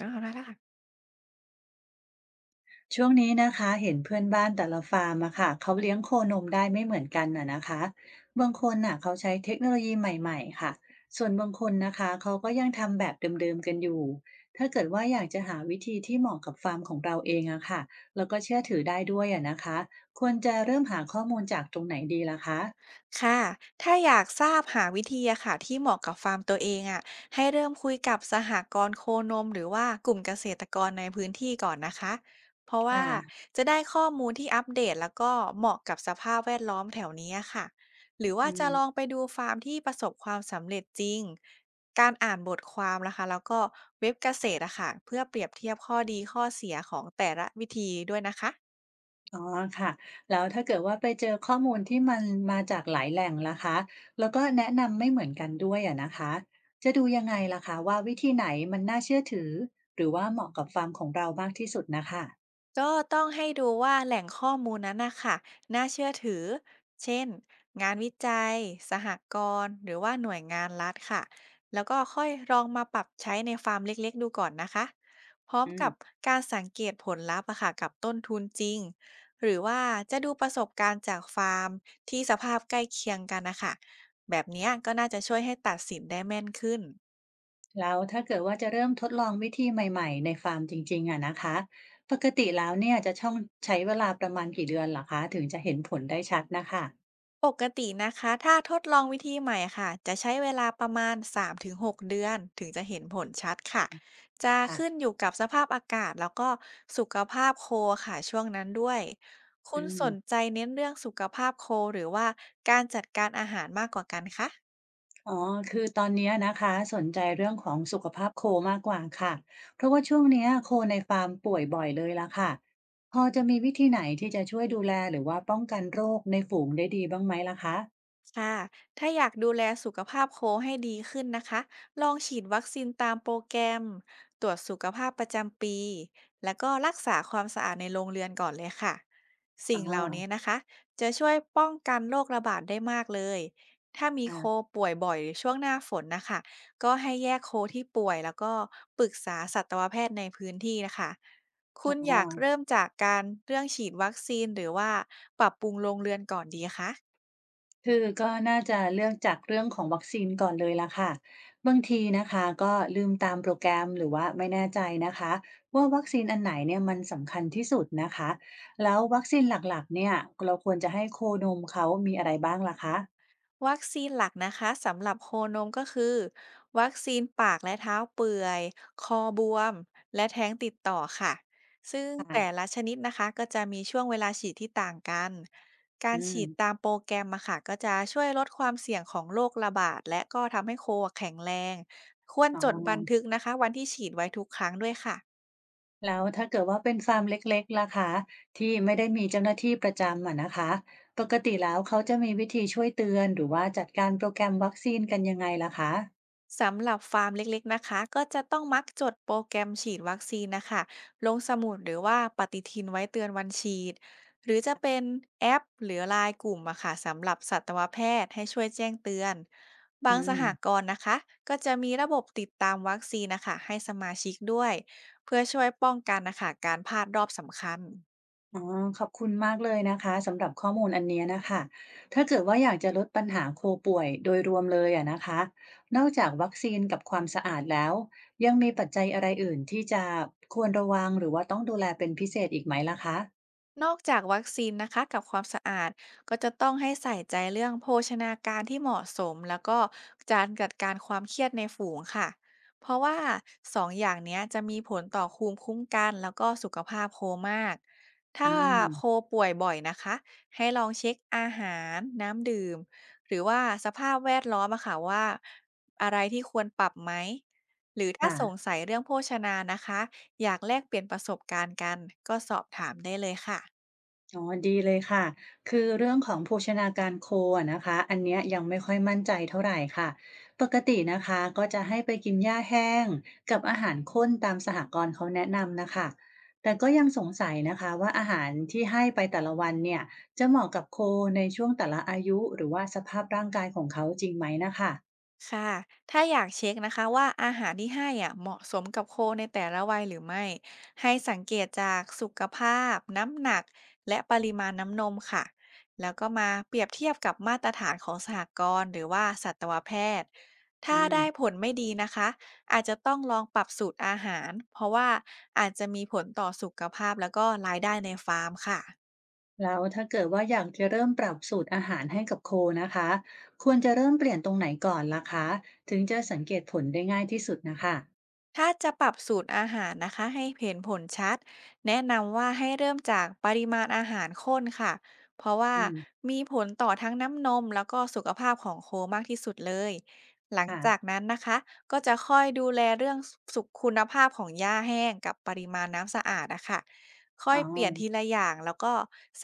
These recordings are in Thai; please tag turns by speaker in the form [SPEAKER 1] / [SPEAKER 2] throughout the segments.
[SPEAKER 1] อาได้ค่ะ
[SPEAKER 2] ช่วงนี้นะคะเห็นเพื่อนบ้านแต่ละฟาร์มอะค่ะเขาเลี้ยงโคนมได้ไม่เหมือนกันอะนะคะบางคนน่ะเขาใช้เทคโนโลยีใหม่ๆค่ะส่วนบางคนนะคะเขาก็ยังทำแบบเดิมๆกันอยู่ถ้าเกิดว่าอยากจะหาวิธีที่เหมาะกับฟาร์มของเราเองอะค่ะแล้วก็เชื่อถือได้ด้วยอะนะคะควรจะเริ่มหาข้อมูลจากตรงไหนดีล่ะคะ
[SPEAKER 1] ค่ะถ้าอยากทราบหาวิธีอะค่ะที่เหมาะกับฟาร์มตัวเองอะให้เริ่มคุยกับสหกรณ์โคนมหรือว่ากลุ่มเกษตรกรในพื้นที่ก่อนนะคะเพราะว่า
[SPEAKER 2] ค่ะ
[SPEAKER 1] จะได้ข้อมูลที่อัปเดตแล้วก็เหมาะกับสภาพแวดล้อมแถวนี้อะค่ะหรือว่า
[SPEAKER 2] อื
[SPEAKER 1] จะลอง
[SPEAKER 2] ม
[SPEAKER 1] ไปดูฟาร์มที่ประสบความสำเร็จจริง การอ่านบทความนะคะแล้วก็เว็บเกษตรอะค่ะเพื่อเปรียบเทียบข้อดีข้อเสียของแต่ละวิธีด้วยนะคะ
[SPEAKER 2] อ๋อค่ะแล้วถ้าเกิดว่าไปเจอข้อมูลที่มันมาจากหลายแหล่งล่ะคะแล้วก็แนะนำไม่เหมือนกันด้วยอะนะคะจะดูยังไงล่ะคะว่าวิธีไหนมันน่าเชื่อถือหรือว่าเหมาะกับฟาร์มของเรามากที่สุดนะคะ
[SPEAKER 1] ก็ต้องให้ดูว่าแหล่งข้อมูลนั้นนะคะน่าเชื่อถือเช่นงานวิจัยสหกรณ์หรือว่าหน่วยงานรัฐค่ะแล้วก็ค่อยลองมาปรับใช้ในฟาร์มเล็กๆดูก่อนนะคะพร้อม
[SPEAKER 2] อืม
[SPEAKER 1] กับการสังเกตผลลัพธ์อะค่ะกับต้นทุนจริงหรือว่าจะดูประสบการณ์จากฟาร์มที่สภาพใกล้เคียงกันนะคะแบบเนี้ยก็น่าจะช่วยให้ตัดสินได้แม่นขึ้น
[SPEAKER 2] แล้วถ้าเกิดว่าจะเริ่มทดลองวิธีใหม่ๆในฟาร์มจริงๆอะนะคะปกติแล้วเนี่ยจะช่องใช้เวลาประมาณกี่เดือนล่ะคะถึงจะเห็นผลได้ชัดนะคะ
[SPEAKER 1] ปกตินะคะถ้าทดลองวิธีใหม่ค่ะจะใช้เวลาประมาณ3-6เดือนถึงจะเห็นผลชัดค่ะจะ
[SPEAKER 2] ค่ะ
[SPEAKER 1] ขึ้นอยู่กับสภาพอากาศแล้วก็สุขภาพโคค่ะช่วงนั้นด้วยคุ
[SPEAKER 2] อื
[SPEAKER 1] ณ
[SPEAKER 2] ม
[SPEAKER 1] สนใจเน้นเรื่องสุขภาพโคหรือว่าการจัดการอาหารมากกว่ากันคะ
[SPEAKER 2] อ๋อ คือตอนเนี้ยนะคะสนใจเรื่องของสุขภาพโคมากกว่าค่ะ เพราะว่าช่วงเนี้ยโคในฟาร์มป่วยบ่อยเลยละค่ะ พอจะมีวิธีไหนที่จะช่วยดูแลหรือว่าป้องกันโรคในฝูงได้ดีบ้างไหมล่ะคะ
[SPEAKER 1] ค่ะถ้าอยากดูแลสุขภาพโคให้ดีขึ้นนะคะ ลองฉีดวัคซีนตามโปรแกรมตรวจสุขภาพประจำปี แล้วก็รักษาความสะอาดในโรงเรือนก่อนเลยค่ะ
[SPEAKER 2] อ๋
[SPEAKER 1] สิ่
[SPEAKER 2] อ
[SPEAKER 1] งเหล่านี้นะคะ จะช่วยป้องกันโรคระบาดได้มากเลย ถ้ามี
[SPEAKER 2] ค่ะ
[SPEAKER 1] โคป่วยบ่อยหรือช่วงหน้าฝนนะคะก็ให้แยกโคที่ป่วยแล้วก็ปรึกษาสัตวแพทย์ในพื้นที่นะคะคุณอ
[SPEAKER 2] อ๋อ
[SPEAKER 1] ยากเริ่มจากการเรื่องฉีดวัคซีนหรือว่าปรับปรุงโรงเรือนก่อนดีคะ
[SPEAKER 2] คือก็น่าจะเลือกจากเรื่องของวัคซีนก่อนเลยล่ะค่ะบางทีนะคะก็ลืมตามโปรแกรมหรือว่าไม่แน่ใจนะคะว่าวัคซีนอันไหนเนี่ยมันสำคัญที่สุดนะคะแล้ววัคซีนหลักๆเนี่ยเราควรจะให้โคนมเขามีอะไรบ้างล่ะคะ
[SPEAKER 1] วัคซีนหลักนะคะสำหรับโคนมก็คือวัคซีนปากและเท้าเปื่อยคอบวมและแท้งติดต่อค่ะซึ่งแต่
[SPEAKER 2] ค่ะ
[SPEAKER 1] ละชนิดนะคะก็จะมีช่วงเวลาฉีดที่ต่างกันกา
[SPEAKER 2] อื
[SPEAKER 1] รฉีด
[SPEAKER 2] ม
[SPEAKER 1] ตามโปรแกรมมาค่ะก็จะช่วยลดความเสี่ยงของโรคระบาดและก็ทำให้โคแข็งแรงควร
[SPEAKER 2] อ๋อ
[SPEAKER 1] จดบันทึกนะคะวันที่ฉีดไว้ทุกครั้งด้วยค่ะ
[SPEAKER 2] แล้วถ้าเกิดว่าเป็นฟาร์มเล็กๆล่ะคะที่ไม่ได้มีเจ้าหน้าที่ประจำอะนะคะปกติแล้วเขาจะมีวิธีช่วยเตือนหรือว่าจัดการโปรแกรมวัคซีนกันยังไงล่ะคะ
[SPEAKER 1] สำหรับฟาร์มเล็กๆนะคะก็จะต้องมักจดโปรแกรมฉีดวัคซีนนะคะลงสมุดหรือว่าปฏิทินไว้เตือนวันฉีดหรือจะเป็นแอปหรือไลน์กลุ่มอะค่ะสำหรับสัตวแพทย์ให้ช่วยแจ้งเตือน
[SPEAKER 2] อื
[SPEAKER 1] บางสห
[SPEAKER 2] ม
[SPEAKER 1] กรณ์นะคะก็จะมีระบบติดตามวัคซีนนะคะให้สมาชิกด้วยเพื่อช่วยป้องกันนะคะการพลาดรอบสำคัญ
[SPEAKER 2] อ๋อขอบคุณมากเลยนะคะสำหรับข้อมูลอันเนี้ยนะคะ ถ้าเกิดว่าอยากจะลดปัญหาโคป่วยโดยรวมเลยอะนะคะนอกจากวัคซีนกับความสะอาดแล้ว ยังมีปัจจัยอะไรอื่นที่จะควรระวังหรือว่าต้องดูแลเป็นพิเศษอีกไหมล่ะคะ
[SPEAKER 1] นอกจากวัคซีนนะคะกับความสะอาดก็จะต้องให้ใส่ใจเรื่องโภชนาการที่เหมาะสมแล้วก็การจัดการความเครียดในฝูงค่ะเพราะว่าสองอย่างเนี้ยจะมีผลต่อภูมิคุ้มกันแล้วก็สุขภาพโคมากถ้า
[SPEAKER 2] อืม
[SPEAKER 1] โคป่วยบ่อยนะคะให้ลองเช็คอาหารน้ำดื่มหรือว่าสภาพแวดล้อมอะค่ะว่าอะไรที่ควรปรับไหมหรือถ้าสง
[SPEAKER 2] ค่ะ
[SPEAKER 1] สัยเรื่องโภชนานะคะ อยากแลกเปลี่ยนประสบการณ์กันก็สอบถามได้เลยค่ะ
[SPEAKER 2] อ๋อดีเลยค่ะ คือเรื่องของโภชนาการโคอะนะคะอันเนี้ยยังไม่ค่อยมั่นใจเท่าไหร่ค่ะปกตินะคะก็จะให้ไปกินหญ้าแห้งกับอาหารข้นตามสหกรณ์เขาแนะนำนะคะแต่ก็ยังสงสัยนะคะว่าอาหารที่ให้ไปแต่ละวันเนี่ยจะเหมาะกับโคในช่วงแต่ละอายุหรือว่าสภาพร่างกายของเขาจริงไหมนะคะ
[SPEAKER 1] ค่ะถ้าอยากเช็คนะคะว่าอาหารที่ให้อ่ะเหมาะสมกับโคในแต่ละวัยหรือไม่ ให้สังเกตจากสุขภาพน้ำหนักและปริมาณน้ำนมค่ะ แล้วก็มาเปรียบเทียบกับมาตรฐานของสหกรณ์หรือว่าสัตวแพทย์ ถ้า
[SPEAKER 2] อื
[SPEAKER 1] ได้ผ
[SPEAKER 2] ม
[SPEAKER 1] ลไม่ดีนะคะอาจจะต้องลองปรับสูตรอาหารเพราะว่าอาจจะมีผลต่อสุขภาพแล้วก็รายได้ในฟาร์มค่ะ
[SPEAKER 2] แล้วถ้าเกิดว่าอยากจะเริ่มปรับสูตรอาหารให้กับโคนะคะควรจะเริ่มเปลี่ยนตรงไหนก่อนล่ะคะถึงจะสังเกตผลได้ง่ายที่สุดนะคะ
[SPEAKER 1] ถ้าจะปรับสูตรอาหารนะคะให้เห็นผลชัด แนะนำว่าให้เริ่มจากปริมาณอาหารข้นค่ะ เพราะว่า
[SPEAKER 2] อืม
[SPEAKER 1] มีผลต่อทั้งน้ำนมแล้วก็สุขภาพของโคมากที่สุดเลย หลังจาก
[SPEAKER 2] ค่ะ
[SPEAKER 1] นั้นนะคะก็จะค่อยดูแลเรื่องสุขคุณภาพของหญ้าแห้งกับปริมาณน้ำสะอาดนะคะค่อ
[SPEAKER 2] อ๋
[SPEAKER 1] ย
[SPEAKER 2] อ
[SPEAKER 1] เปลี่ยนทีละอย่างแล้วก็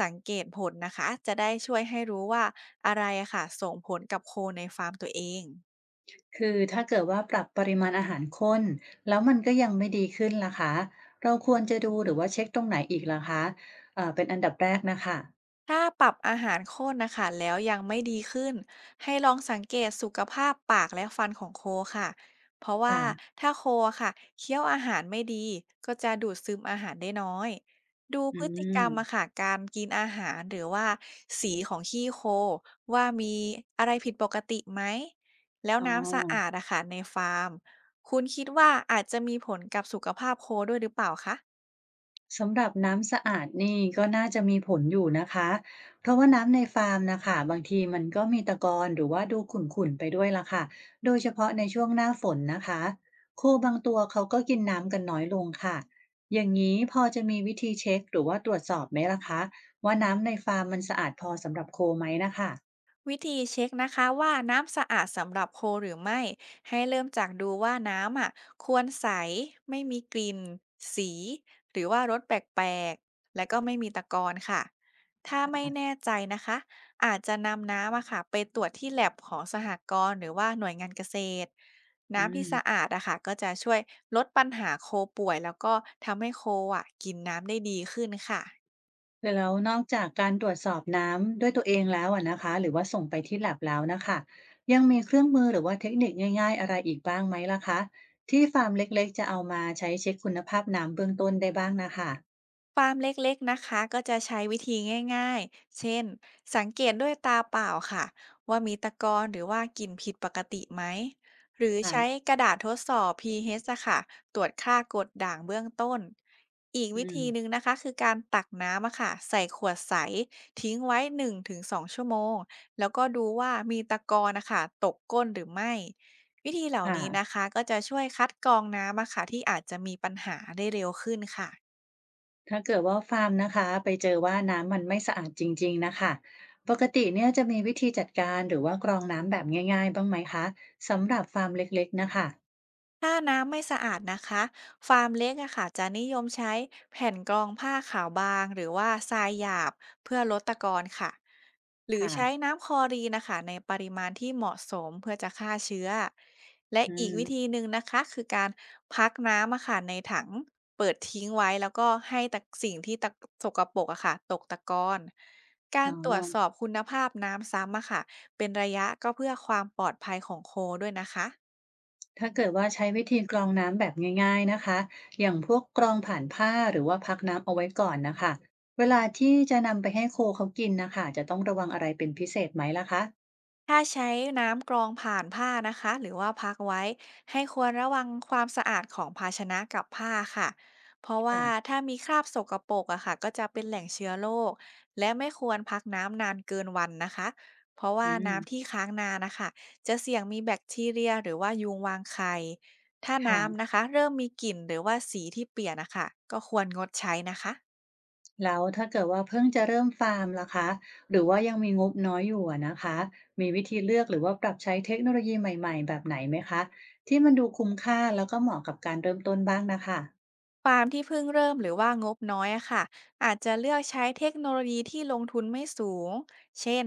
[SPEAKER 1] สังเกตผลนะคะ จะได้ช่วยให้รู้ว่าอะไรอะค่ะส่งผลกับโคในฟาร์มตัวเอง
[SPEAKER 2] คือถ้าเกิดว่าปรับปริมาณอาหารข้นแล้วมันก็ยังไม่ดีขึ้นล่ะคะเราควรจะดูหรือว่าเช็คตรงไหนอีกล่ะคะเป็นอันดับแรกนะคะ
[SPEAKER 1] ถ้าปรับอาหารข้นนะคะแล้วยังไม่ดีขึ้นให้ลองสังเกตสุขภาพปากและฟันของโคค่ะเพราะว่า
[SPEAKER 2] ค่ะ
[SPEAKER 1] ถ้าโคค่ะเคี้ยวอาหารไม่ดีก็จะดูดซึมอาหารได้น้อยดู
[SPEAKER 2] อื
[SPEAKER 1] พฤติกรรมอะ
[SPEAKER 2] ม
[SPEAKER 1] ค่ะการกินอาหารหรือว่าสีของขี้โคว่ามีอะไรผิดปกติไหมแล้ว
[SPEAKER 2] อ๋อ
[SPEAKER 1] น้ำสะอาดอะค่ะในฟาร์มคุณคิดว่าอาจจะมีผลกับสุขภาพโคด้วยหรือเปล่าคะ
[SPEAKER 2] สำหรับน้ำสะอาดนี่ก็น่าจะมีผลอยู่นะคะเพราะว่าน้ำในฟาร์มนะคะบางทีมันก็มีตะกอนหรือว่าดูขุ่นๆไปด้วยละค่ะโดยเฉพาะในช่วงหน้าฝนนะคะโคบางตัวเขาก็กินน้ำกันน้อยลงค่ะอย่างนี้พอจะมีวิธีเช็คหรือว่าตรวจสอบไหมล่ะคะว่าน้ำในฟาร์มมันสะอาดพอสำหรับโคไหมนะคะ
[SPEAKER 1] วิธีเช็คนะคะว่าน้ำสะอาดสำหรับโคหรือไม่ให้เริ่มจากดูว่าน้ำอ่ะควรใสไม่มีกลิ่นสีหรือว่ารสแปลกๆและก็ไม่มีตะกอนค่ะถ้าไม่แน่ใจนะคะอาจจะนำน้ำอะค่ะไปตรวจที่แลบของสหกรณ์หรือว่าหน่วยงานเกษตร
[SPEAKER 2] อื
[SPEAKER 1] น้ำที่
[SPEAKER 2] ม
[SPEAKER 1] สะอาดอะค่ะก็จะช่วยลดปัญหาโคป่วยแล้วก็ทำให้โคอ่ะกินน้ำได้ดีขึ้นค่ะ
[SPEAKER 2] แล้วนอกจากการตรวจสอบน้ำด้วยตัวเองแล้วอะนะคะหรือว่าส่งไปที่ lab แล้วนะคะยังมีเครื่องมือหรือว่าเทคนิคง่ายๆอะไรอีกบ้างไหมล่ะคะที่ฟาร์มเล็กๆจะเอามาใช้เช็คคุณภาพน้ำเบื้องต้นได้บ้างนะคะ
[SPEAKER 1] ฟาร์มเล็กๆนะคะก็จะใช้วิธีง่ายๆเช่นสังเกตด้วยตาเปล่าค่ะว่ามีตะกอนหรือว่ากลิ่นผิดปกติไหมหรือ
[SPEAKER 2] ค่ะ
[SPEAKER 1] ใช้กระดาษทดสอบ pH อชอะค่ะตรวจค่ากรดด่างเบื้องต้นอีกวิ
[SPEAKER 2] อืม
[SPEAKER 1] ธีหนึ่งนะคะคือการตักน้ำอะค่ะใส่ขวดใสทิ้งไว้1-2ชั่วโมงแล้วก็ดูว่ามีตะกอนนะคะตกก้นหรือไม่วิธีเหล่านี้นะ
[SPEAKER 2] ค่ะ
[SPEAKER 1] คะก็จะช่วยคัดกรองน้ำอะค่ะที่อาจจะมีปัญหาได้เร็วขึ้นค่ะ
[SPEAKER 2] ถ้าเกิดว่าฟาร์มนะคะไปเจอว่าน้ำมันไม่สะอาดจริงๆนะคะปกติเนี่ยจะมีวิธีจัดการหรือว่ากรองน้ำแบบง่ายๆบ้างไหมคะสำหรับฟาร์มเล็กๆนะคะ
[SPEAKER 1] ถ้าน้ำไม่สะอาดนะคะฟาร์มเล็กอะค่ะจะนิยมใช้แผ่นกรองผ้าขาวบางหรือว่าทรายหยาบเพื่อลดตะกอนค่ะหรือ
[SPEAKER 2] ค่ะ
[SPEAKER 1] ใช้น้ำคลอรีนนะคะในปริมาณที่เหมาะสมเพื่อจะฆ่าเชื้อและ
[SPEAKER 2] อื
[SPEAKER 1] อีก
[SPEAKER 2] ม
[SPEAKER 1] วิธีหนึ่งนะคะคือการพักน้ำอะค่ะในถังเปิดทิ้งไว้แล้วก็ให้สิ่งที่สกปรกอะค่ะตกตะกอนการ
[SPEAKER 2] อ๋อ
[SPEAKER 1] ตรวจสอบคุณภาพน้ำซ้ำอะค่ะเป็นระยะก็เพื่อความปลอดภัยของโคด้วยนะคะ
[SPEAKER 2] ถ้าเกิดว่าใช้วิธีกรองน้ำแบบง่ายๆนะคะอย่างพวกกรองผ่านผ้าหรือว่าพักน้ำเอาไว้ก่อนนะคะเวลาที่จะนำไปให้โคเขากินนะคะจะต้องระวังอะไรเป็นพิเศษไหมล่ะคะ
[SPEAKER 1] ถ้าใช้น้ำกรองผ่านผ้านะคะหรือว่าพักไว้ให้ควรระวังความสะอาดของภาชนะกับผ้าค่ะเพราะว่า
[SPEAKER 2] ค่ะ
[SPEAKER 1] ถ้ามีคราบสกปรกอะค่ะก็จะเป็นแหล่งเชื้อโรคและไม่ควรพักน้ำนานเกินวันนะคะเพราะ
[SPEAKER 2] อื
[SPEAKER 1] ว่าน้ำที่
[SPEAKER 2] ม
[SPEAKER 1] ค้างนานนะคะจะเสี่ยงมีแบคทีเรียหรือว่ายุงวางไข่ถ้า
[SPEAKER 2] ค่ะ
[SPEAKER 1] น้ำนะคะเริ่มมีกลิ่นหรือว่าสีที่เปลี่ยนนะคะก็ควรงดใช้นะคะ
[SPEAKER 2] แล้วถ้าเกิดว่าเพิ่งจะเริ่มฟาร์มล่ะคะหรือว่ายังมีงบน้อยอยู่อะนะคะมีวิธีเลือกหรือว่าปรับใช้เทคโนโลยีใหม่ๆแบบไหนไหมคะที่มันดูคุ้มค่าแล้วก็เหมาะกับการเริ่มต้นบ้างนะคะ
[SPEAKER 1] ฟาร์มที่เพิ่งเริ่มหรือว่างบน้อยอะค่ะอาจจะเลือกใช้เทคโนโลยีที่ลงทุนไม่สูงเช่น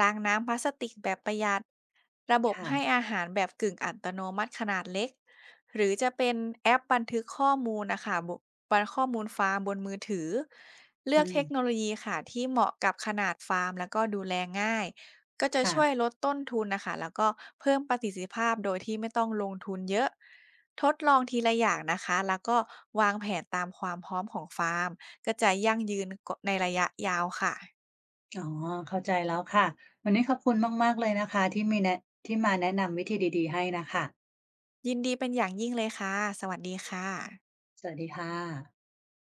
[SPEAKER 1] ล้างน้ำพลาสติกแบบประหยัดระบบให้
[SPEAKER 2] ค่ะ
[SPEAKER 1] อาหารแบบกึ่งอัตโนมัติขนาดเล็กหรือจะเป็นแอปบันทึกข้อมูลนะคะบันข้อมูลฟาร์มบนมือถือเลื
[SPEAKER 2] อื
[SPEAKER 1] อกเทคโน
[SPEAKER 2] ม
[SPEAKER 1] โลยีค่ะที่เหมาะกับขนาดฟาร์มแล้วก็ดูแลง่าย ก็จะ
[SPEAKER 2] ค่ะ
[SPEAKER 1] ช่วยลดต้นทุนนะคะแล้วก็เพิ่มประสิทธิภาพโดยที่ไม่ต้องลงทุนเยอะทดลองทีละอย่างนะคะแล้วก็วางแผนตามความพร้อมของฟาร์มก็จะยั่งยืนในระยะยาวค่ะ
[SPEAKER 2] อ๋อ เข้าใจแล้วค่ะ วันนี้ขอบคุณมากๆเลยนะคะที่มาแนะนำวิธีดีๆให้น่ะค่ะ
[SPEAKER 1] ยินดีเป็นอย่างยิ่งเลยค่ะสวัสดีค่ะ
[SPEAKER 2] สวัสดีค่ะ